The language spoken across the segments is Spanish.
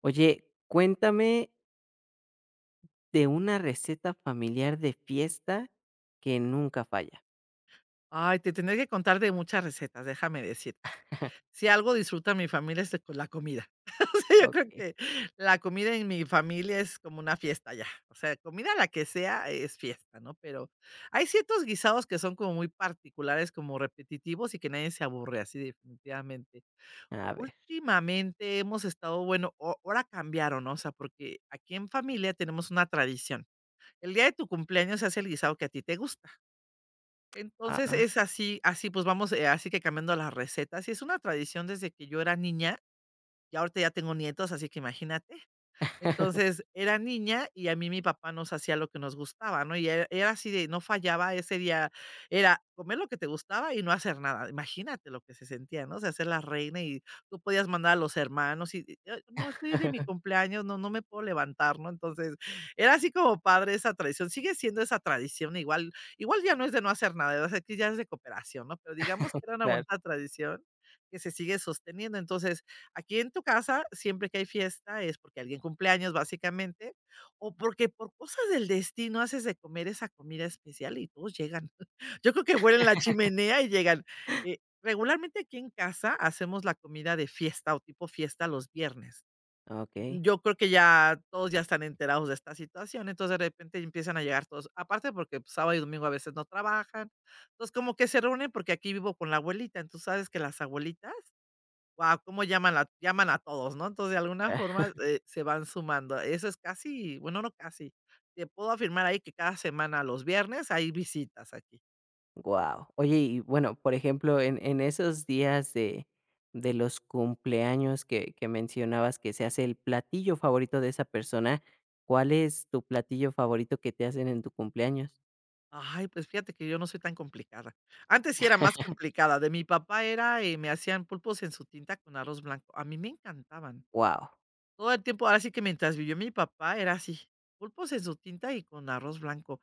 Oye, cuéntame de una receta familiar de fiesta que nunca falla. Ay, te tendré que contar de muchas recetas, déjame decirte. Si algo disfruta mi familia es de co la comida. O sea, yo creo Okey. que la comida en mi familia es como una fiesta ya. O sea, comida la que sea es fiesta, ¿no? Pero hay ciertos guisados que son como muy particulares, como repetitivos y que nadie se aburre así definitivamente. A ver. Últimamente hemos estado, bueno, ahora cambiaron, ¿no? O sea, porque aquí en familia tenemos una tradición. El día de tu cumpleaños se hace el guisado que a ti te gusta. Entonces Ah. es así así, pues, vamos, así que cambiando las recetas, y es una tradición desde que yo era niña, y ahorita ya tengo nietos, así que imagínate. Entonces, era niña y a mí mi papá nos hacía lo que nos gustaba, ¿no? Y era así, de no fallaba ese día, era comer lo que te gustaba y no hacer nada. Imagínate lo que se sentía, ¿no? O sea, ser la reina y tú podías mandar a los hermanos y, "Ay, no, estoy de mi cumpleaños, no, no me puedo levantar", ¿no? Entonces, era así como padre esa tradición. Sigue siendo esa tradición igual, igual ya no es de no hacer nada, o sea, aquí ya es de cooperación, ¿no? Pero digamos que era una Claro. bonita tradición que se sigue sosteniendo. Entonces, aquí en tu casa, siempre que hay fiesta, es porque alguien cumpleaños básicamente, o porque por cosas del destino haces de comer esa comida especial y todos llegan. Yo creo que huelen la chimenea y llegan. Regularmente aquí en casa hacemos la comida de fiesta o tipo fiesta los viernes. Okey. Yo creo que ya todos ya están enterados de esta situación, entonces de repente empiezan a llegar todos, aparte porque pues, sábado y domingo a veces no trabajan, entonces como que se reúnen porque aquí vivo con la abuelita, entonces sabes que las abuelitas. Wow, cómo llaman a todos, ¿no? Entonces, de alguna forma, se van sumando. Eso es casi, bueno, no casi. Te puedo afirmar ahí que cada semana, los viernes, hay visitas aquí. Guau. Oye, y bueno, por ejemplo, en esos días de los cumpleaños que mencionabas que se hace el platillo favorito de esa persona, ¿cuál es tu platillo favorito que te hacen en tu cumpleaños? Ay, pues fíjate que yo no soy tan complicada. Antes sí era más complicada. De mi papá era, me hacían pulpos en su tinta con arroz blanco. A mí me encantaban. Guau. Todo el tiempo, ahora sí que mientras vivió mi papá era así, pulpos en su tinta y con arroz blanco.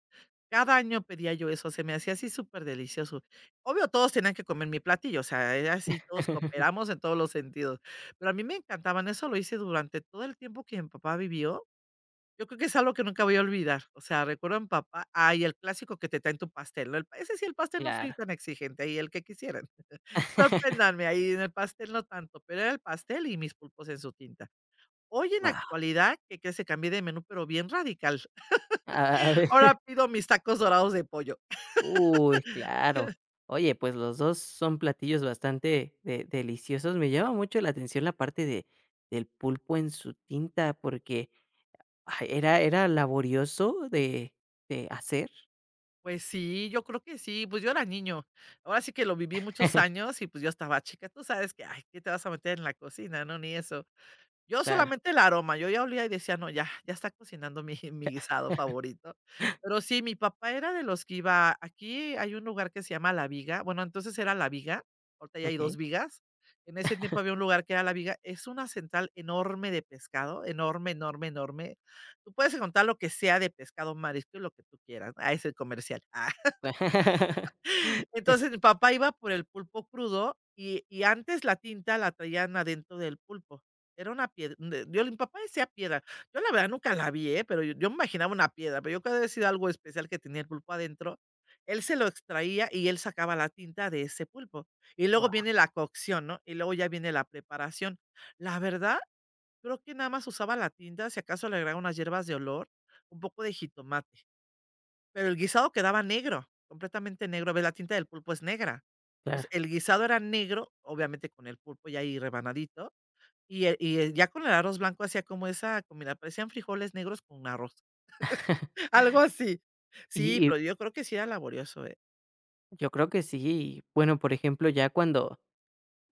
Cada año pedía yo eso, se me hacía así súper delicioso. Obvio, todos tenían que comer mi platillo, o sea, era así, todos cooperamos en todos los sentidos, pero a mí me encantaban, eso lo hice durante todo el tiempo que mi papá vivió. Yo creo que es algo que nunca voy a olvidar, o sea, recuerdo a mi papá, ay, el clásico que te traen tu pastel, ¿no? Ese sí, el pastel no fue Claro. tan exigente, ahí el que quisieran. Sorpréndanme ahí en el pastel no tanto, pero era el pastel y mis pulpos en su tinta. Hoy en la Guau. actualidad, ¿qué crees? Se cambié de menú, pero bien radical. A ver. Ahora pido mis tacos dorados de pollo. Uy, claro. Oye, pues los 2 son platillos bastante de deliciosos. Me llama mucho la atención la parte de del pulpo en su tinta, porque, ay, ¿era laborioso de hacer? Pues sí, yo creo que sí, pues yo era niño. Ahora sí que lo viví muchos años y pues yo estaba chica. Tú sabes que, ay, ¿qué te vas a meter en la cocina? No, ni eso. Yo Claro, solamente el aroma, yo ya olía y decía: "No, ya, ya está cocinando mi mi guisado favorito". Pero sí, mi papá era de los que iba, aquí hay un lugar que se llama La Viga, bueno, entonces era La Viga, ahorita ya hay ¿ok? 2 Vigas. En ese tiempo había un lugar que era La Viga, es una central enorme de pescado, enorme, enorme, enorme. Tú puedes encontrar lo que sea de pescado, marisco y lo que tú quieras. Ah, es el comercial. Ah, entonces, mi papá iba por el pulpo crudo y antes la tinta la traían adentro del pulpo. Era una piedra, de yo mi papá decía piedra. Yo la verdad nunca la vi, ¿eh? Pero yo me imaginaba una piedra, pero yo creo que debe ser algo especial que tenía el pulpo adentro. Él se lo extraía y él sacaba la tinta de ese pulpo. Y luego Guau, viene la cocción, ¿no? Y luego ya viene la preparación. La verdad, creo que nada más usaba la tinta, si acaso le agregaba unas hierbas de olor, un poco de jitomate. Pero el guisado quedaba negro, completamente negro, ves, la tinta del pulpo es negra. claro. Entonces, el guisado era negro, obviamente con el pulpo ya ahí rebanadito, ya con el arroz blanco hacía como esa comida, parecían frijoles negros con arroz, algo así. Sí, Y pero yo creo que sí era laborioso, ¿eh? yo creo que sí. Bueno, por ejemplo, ya cuando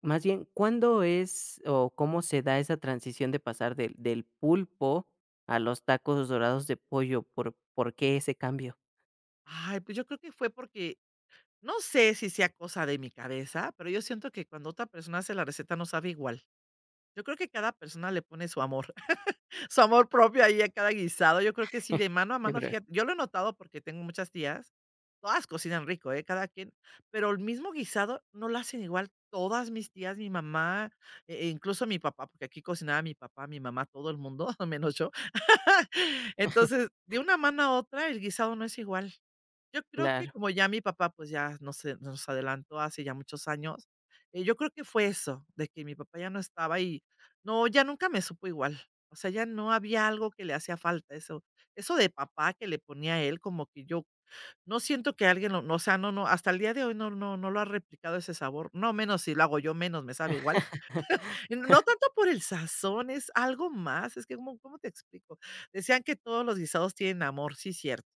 más bien, ¿cuándo es o cómo se da esa transición de pasar del pulpo a los tacos dorados de pollo? ¿Por qué ese cambio? Ay, pues yo creo que fue porque, no sé si sea cosa de mi cabeza, pero yo siento que cuando otra persona hace la receta no sabe igual. Yo creo que cada persona le pone su amor. Su amor propio ahí a cada guisado, yo creo que sí, de mano a Yo mano, creo, fíjate, yo lo he notado porque tengo muchas tías, todas cocinan rico, ¿eh?, cada quien, pero el mismo guisado no lo hacen igual todas mis tías, mi mamá, e incluso mi papá, porque aquí cocinaba mi papá, mi mamá, todo el mundo, menos yo. Entonces, de una mano a otra, el guisado no es igual. Yo creo que claro, como ya mi papá, pues, ya no, se nos adelantó hace ya muchos años, yo creo que fue eso, de que mi papá ya no estaba y no, ya nunca me supo igual. O sea, ya no había algo que le hacía falta, eso de papá que le ponía a él, como que yo no siento que alguien lo, no, o sea, no, no, hasta el día de hoy no lo ha replicado ese sabor, no, menos si lo hago yo, menos me sabe igual. Y no tanto por el sazón, es algo más, es que, ¿cómo te explico? Decían que todos los guisados tienen amor, sí, cierto.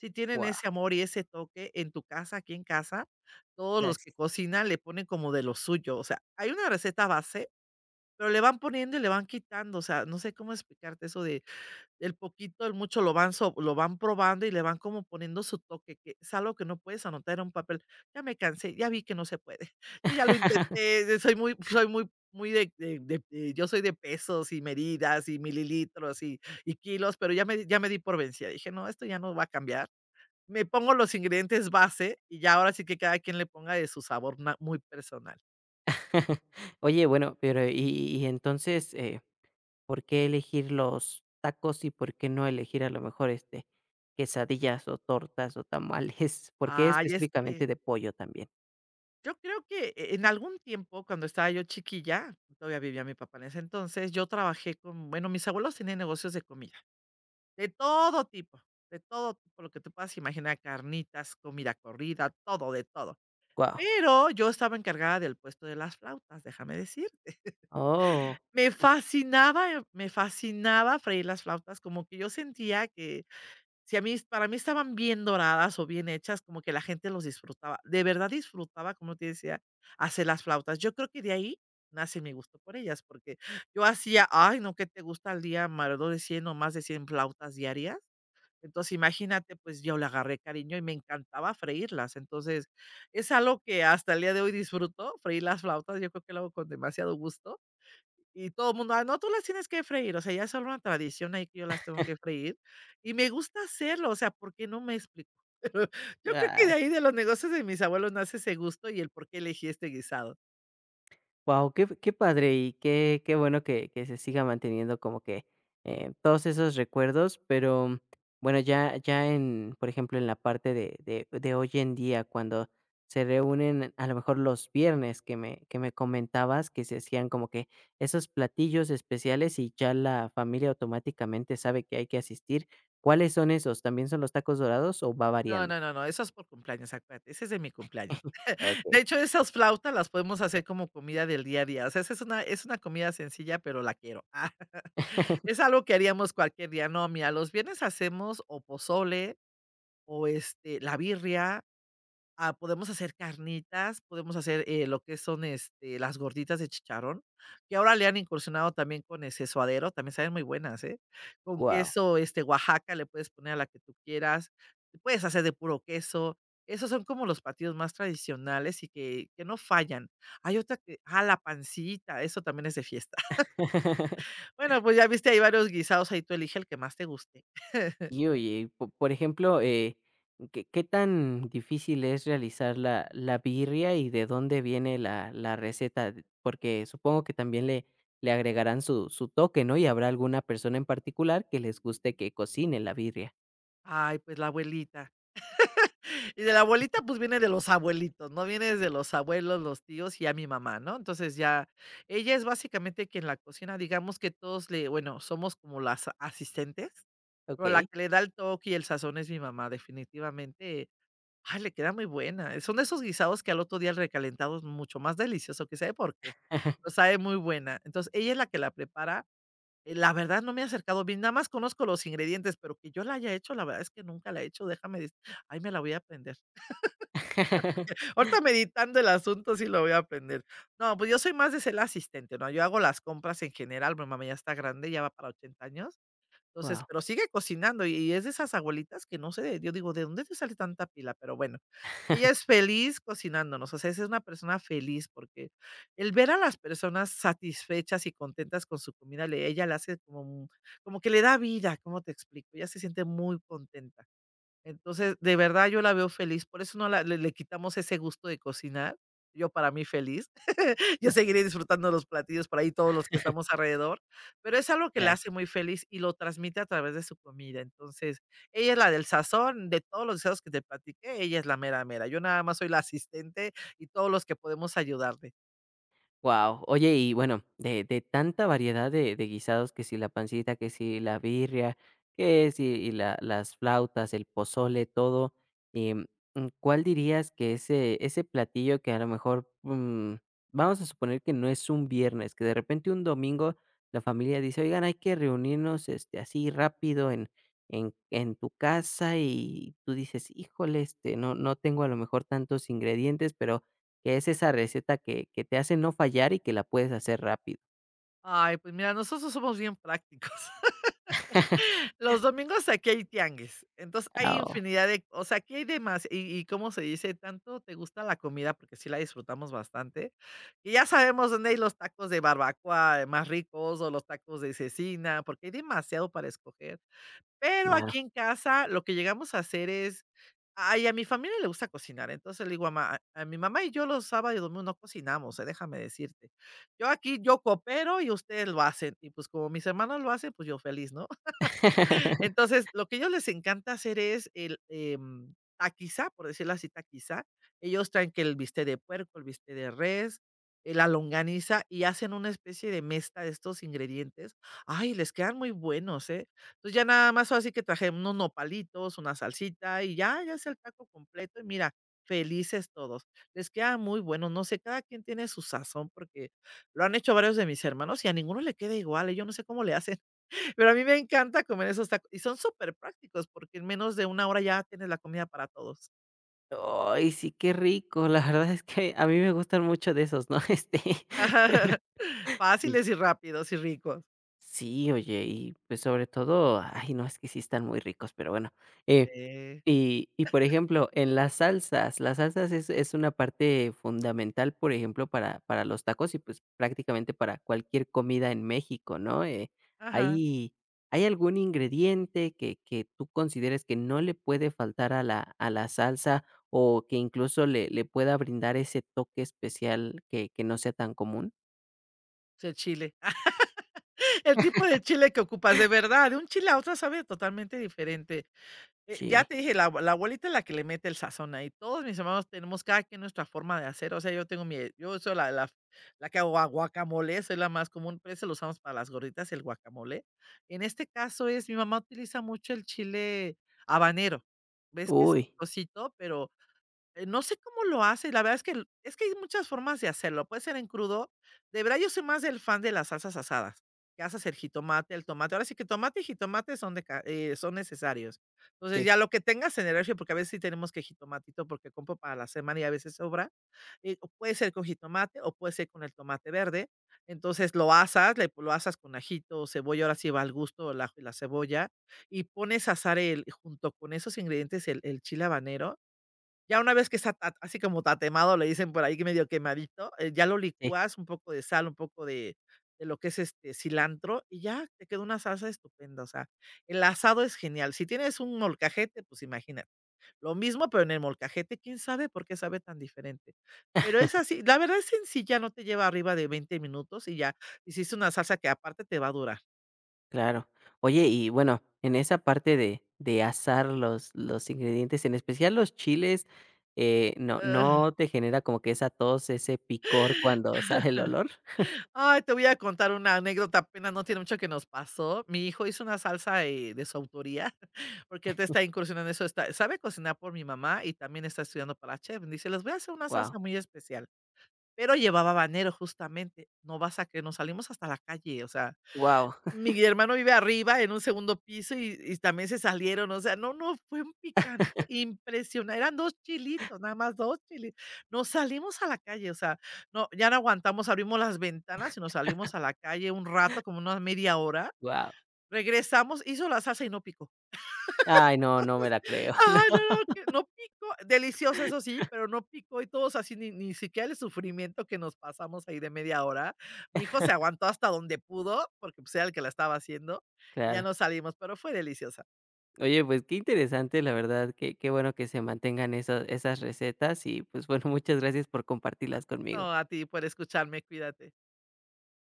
Si tienen guau, ese amor y ese toque en tu casa, aquí en casa, todos los que gracias. cocinan le ponen como de lo suyo, o sea, hay una receta base, pero le van poniendo y le van quitando, o sea, no sé cómo explicarte eso de el poquito, el mucho lo van lo van probando y le van como poniendo su toque, que es algo que no puedes anotar en un papel. Ya me cansé, ya vi que no se puede. Yo ya lo intenté, soy muy de yo soy de pesos y medidas y mililitros y kilos, pero ya me di por vencida. Dije: "No, esto ya no va a cambiar". Me pongo los ingredientes base y ya ahora sí que cada quien le ponga de su sabor, na, muy personal. Oye, bueno, pero y entonces, ¿por qué elegir los tacos y por qué no elegir a lo mejor, este, quesadillas o tortas o tamales? ¿Por qué Ay, es específicamente que de pollo también? yo creo que en algún tiempo, cuando estaba yo chiquilla, todavía vivía mi papá en ese entonces, yo trabajé con, bueno, mis abuelos tenían negocios de comida, de todo tipo, de todo tipo, lo que te puedas imaginar, carnitas, comida corrida, todo, de todo. Guau. Pero yo estaba encargada del puesto de las flautas, déjame decirte. Oh. Me fascinaba freír las flautas, como que yo sentía que si a mí, para mí estaban bien doradas o bien hechas, como que la gente los disfrutaba. De verdad disfrutaba, como te decía, hacer las flautas. Yo creo que de ahí nace mi gusto por ellas, porque yo hacía, ay, no, ¿qué te gusta al día? Alrededor de 100 o más de 100 flautas diarias. Entonces, imagínate, pues yo le agarré cariño y me encantaba freírlas. Entonces, es algo que hasta el día de hoy disfruto, freír las flautas. Yo creo que lo hago con demasiado gusto. Y todo el mundo: "Ah, no, tú las tienes que freír", o sea, ya es solo una tradición ahí que yo las tengo que freír, y me gusta hacerlo, o sea, porque no me explico. Yo creo que de Ay. ahí de los negocios de mis abuelos nace ese gusto y el por qué elegí este guisado. Wow, qué padre y qué bueno que se siga manteniendo como que, todos esos recuerdos, pero, bueno, ya en, por ejemplo, en la parte de hoy en día, cuando se reúnen, a lo mejor los viernes que me comentabas que se hacían como que esos platillos especiales y ya la familia automáticamente sabe que hay que asistir, ¿cuáles son esos? ¿También son los tacos dorados o va No, variando? no, no, no, eso es por cumpleaños, acuérdate, ese es de mi cumpleaños. Okey. De hecho, esas flautas las podemos hacer como comida del día a día, o sea, esa es una, es una comida sencilla, pero la quiero. Es algo que haríamos cualquier día, no, mira, los viernes hacemos o pozole o, este, la birria. Ah, podemos hacer carnitas, podemos hacer, lo que son, este, las gorditas de chicharrón, que ahora le han incursionado también con, ese, suadero, también saben muy buenas, ¿eh? Con Guau. queso, este, Oaxaca, le puedes poner a la que tú quieras, te puedes hacer de puro queso. Esos son como los platillos más tradicionales y que no fallan. Hay otra que la pancita, eso también es de fiesta. Bueno, pues ya viste, hay varios guisados, ahí tú elige el que más te guste. Y oye, po por ejemplo, ¿qué tan difícil es realizar la birria y de dónde viene la receta? Porque supongo que también le agregarán su toque, ¿no? Y habrá alguna persona en particular que les guste que cocine la birria. Ay, pues la abuelita. Y de la abuelita, pues, viene de los abuelitos, ¿no? Viene desde los abuelos, los tíos y a mi mamá, ¿no? Entonces, ya ella es básicamente quien la cocina, digamos que todos le bueno, somos como las asistentes, pero la Okey. que le da el toque y el sazón es mi mamá, definitivamente. Ay, le queda muy buena. Son de esos guisados que al otro día el recalentado es mucho más delicioso, que sabe por qué, pero sabe muy buena. Entonces, ella es la que la prepara. La verdad no me he acercado bien, nada más conozco los ingredientes, pero que yo la haya hecho, la verdad es que nunca la he hecho, déjame dec ay, me la voy a aprender. Ahorita meditando el asunto sí lo voy a aprender. No, pues yo soy más de ser la asistente, ¿no? Yo hago las compras en general, mi mamá ya está grande, ya va para 80 años. Entonces, wow pero sigue cocinando y es de esas abuelitas que no sé, yo digo, ¿de dónde te sale tanta pila? Pero bueno, ella es feliz cocinándonos, o sea, esa es una persona feliz porque el ver a las personas satisfechas y contentas con su comida, ella le hace como como que le da vida, ¿cómo te explico? Ella se siente muy contenta. Entonces, de verdad yo la veo feliz, por eso no la le le quitamos ese gusto de cocinar. Yo para mí feliz, yo seguiré disfrutando los platillos por ahí todos los que estamos alrededor, pero es algo que la hace muy feliz y lo transmite a través de su comida. Entonces, ella es la del sazón, de todos los guisados que te platiqué, ella es la mera mera. Yo nada más soy la asistente y todos los que podemos ayudarle. Wow, oye, y bueno, de tanta variedad de guisados, que si la pancita, que si la birria, que si y la las flautas, el pozole, todo, em, ¿cuál dirías que ese platillo que a lo mejor, vamos a suponer que no es un viernes, que de repente un domingo la familia dice: "Oigan, hay que reunirnos, este, así rápido en en tu casa", y tú dices: "Híjole, este, no tengo a lo mejor tantos ingredientes, pero que es esa receta que te hace no fallar y que la puedes hacer rápido". Ay, pues mira, nosotros somos bien prácticos. Los domingos aquí hay tianguis, entonces Ah, hay oh, infinidad de o sea, aquí hay demás y, ¿cómo se dice? Tanto te gusta la comida, porque sí la disfrutamos bastante, y ya sabemos dónde hay los tacos de barbacoa más ricos o los tacos de cecina, porque hay demasiado para escoger. Pero claro. aquí en casa lo que llegamos a hacer es ay, a mi familia le gusta cocinar, entonces le digo a ma a mi mamá y yo los sábados y domingos no cocinamos, déjame decirte. Yo aquí yo coopero y ustedes lo hacen, y pues como mis hermanos lo hacen, pues yo feliz, ¿no? Entonces, lo que a ellos les encanta hacer es el taquiza, por decirlo así, taquiza. Ellos traen que el bistec de puerco, el bistec de res, la longaniza, y hacen una especie de mezcla de estos ingredientes. Ay, les quedan muy buenos, ¿eh? Entonces, ya nada más así que traje unos nopalitos, una salsita y ya, ya es el taco completo y mira, felices todos. Les queda muy bueno, no sé, cada quien tiene su sazón porque lo han hecho varios de mis hermanos y a ninguno le queda igual, y yo no sé cómo le hacen. Pero a mí me encanta comer esos tacos y son súper prácticos porque en menos de una hora ya tienes la comida para todos. Ay, sí, qué rico. La verdad es que a mí me gustan mucho de esos, ¿no? Este, sí, Fáciles y rápidos y ricos. sí, oye, y pues sobre todo, ay, no, es que sí están muy ricos, pero bueno. Eh, Sí, y por ejemplo, en las salsas es una parte fundamental, por ejemplo, para los tacos y pues prácticamente para cualquier comida en México, ¿no? Ajá. ¿hay, ¿Hay algún ingrediente que tú consideres que no le puede faltar a a la salsa o que incluso le pueda brindar ese toque especial que no sea tan común? Sí, el chile. El tipo de chile que ocupas, de verdad, de un chile a otro sabe totalmente diferente. Ya Sí. te dije, la abuelita es la que le mete el sazón ahí. Todos mis hermanos tenemos cada quien nuestra forma de hacer. O sea, yo tengo mi yo soy la que hago guacamole, soy la más común, pero ese lo usamos para las gorditas, el guacamole. En este caso es mi mamá utiliza mucho el chile habanero. Ves que es Uy, picosito, pero no sé cómo lo hace, la verdad es que es que hay muchas formas de hacerlo, puede ser en crudo. De verdad, yo soy más del fan de las salsas asadas, que asas el jitomate, el tomate. Ahora sí que tomate y jitomate son de ca son necesarios. Entonces, sí. ya lo que tengas en el refri, porque a veces sí tenemos que jitomatito, porque compro para la semana y a veces sobra, o puede ser con jitomate o puede ser con el tomate verde. Entonces, lo asas, le lo asas con ajito, cebolla, ahora sí va al gusto el ajo y la cebolla, y pones a asar el junto con esos ingredientes el chile habanero ya una vez que está ta así como tatemado, le dicen por ahí que medio quemadito, ya lo Sí. licúas, un poco de sal, un poco de lo que es, este, cilantro, y ya te queda una salsa estupenda, o sea, el asado es genial. Si tienes un molcajete, pues imagínate, lo mismo, pero en el molcajete, quién sabe por qué sabe tan diferente. Pero es así, la verdad es sencilla, no te lleva arriba de 20 minutos y ya hiciste una salsa que aparte te va a durar. Claro. Oye, y bueno, en esa parte de asar los ingredientes, en especial los chiles, ¿no te genera como que esa tos, ese picor cuando sale el olor? Ay, te voy a contar una anécdota, apenas no tiene mucho que nos pasó. Mi hijo hizo una salsa, de su autoría, porque él te está incursionando en eso, está sabe cocinar por mi mamá y también está estudiando para chef. Dice: "Les voy a hacer una Wow, salsa muy especial", pero llevaba habanero justamente. No vas a creer, nos salimos hasta la calle, o sea, wow, mi hermano vive arriba en un segundo piso y también se salieron, o sea, no, no, fue un picante impresionante, eran 2 chilitos, nada más 2 chili nos salimos a la calle, o sea, no, ya no aguantamos, abrimos las ventanas y nos salimos a la calle un rato, como una media hora, wow. regresamos, hizo la salsa y no picó. Ay, no, no me la creo. Ajá, No. no, no, que no pico. Delicioso, eso sí, pero no pico y todos así, ni siquiera el sufrimiento que nos pasamos ahí de media hora. Mi hijo se aguantó hasta donde pudo, porque, pues, era el que la estaba haciendo, y ya Claro. nos salimos, pero fue deliciosa. Oye, pues qué interesante, la verdad, qué bueno que se mantengan eso esas recetas y, pues, bueno, muchas gracias por compartirlas conmigo. No, a ti por escucharme, cuídate.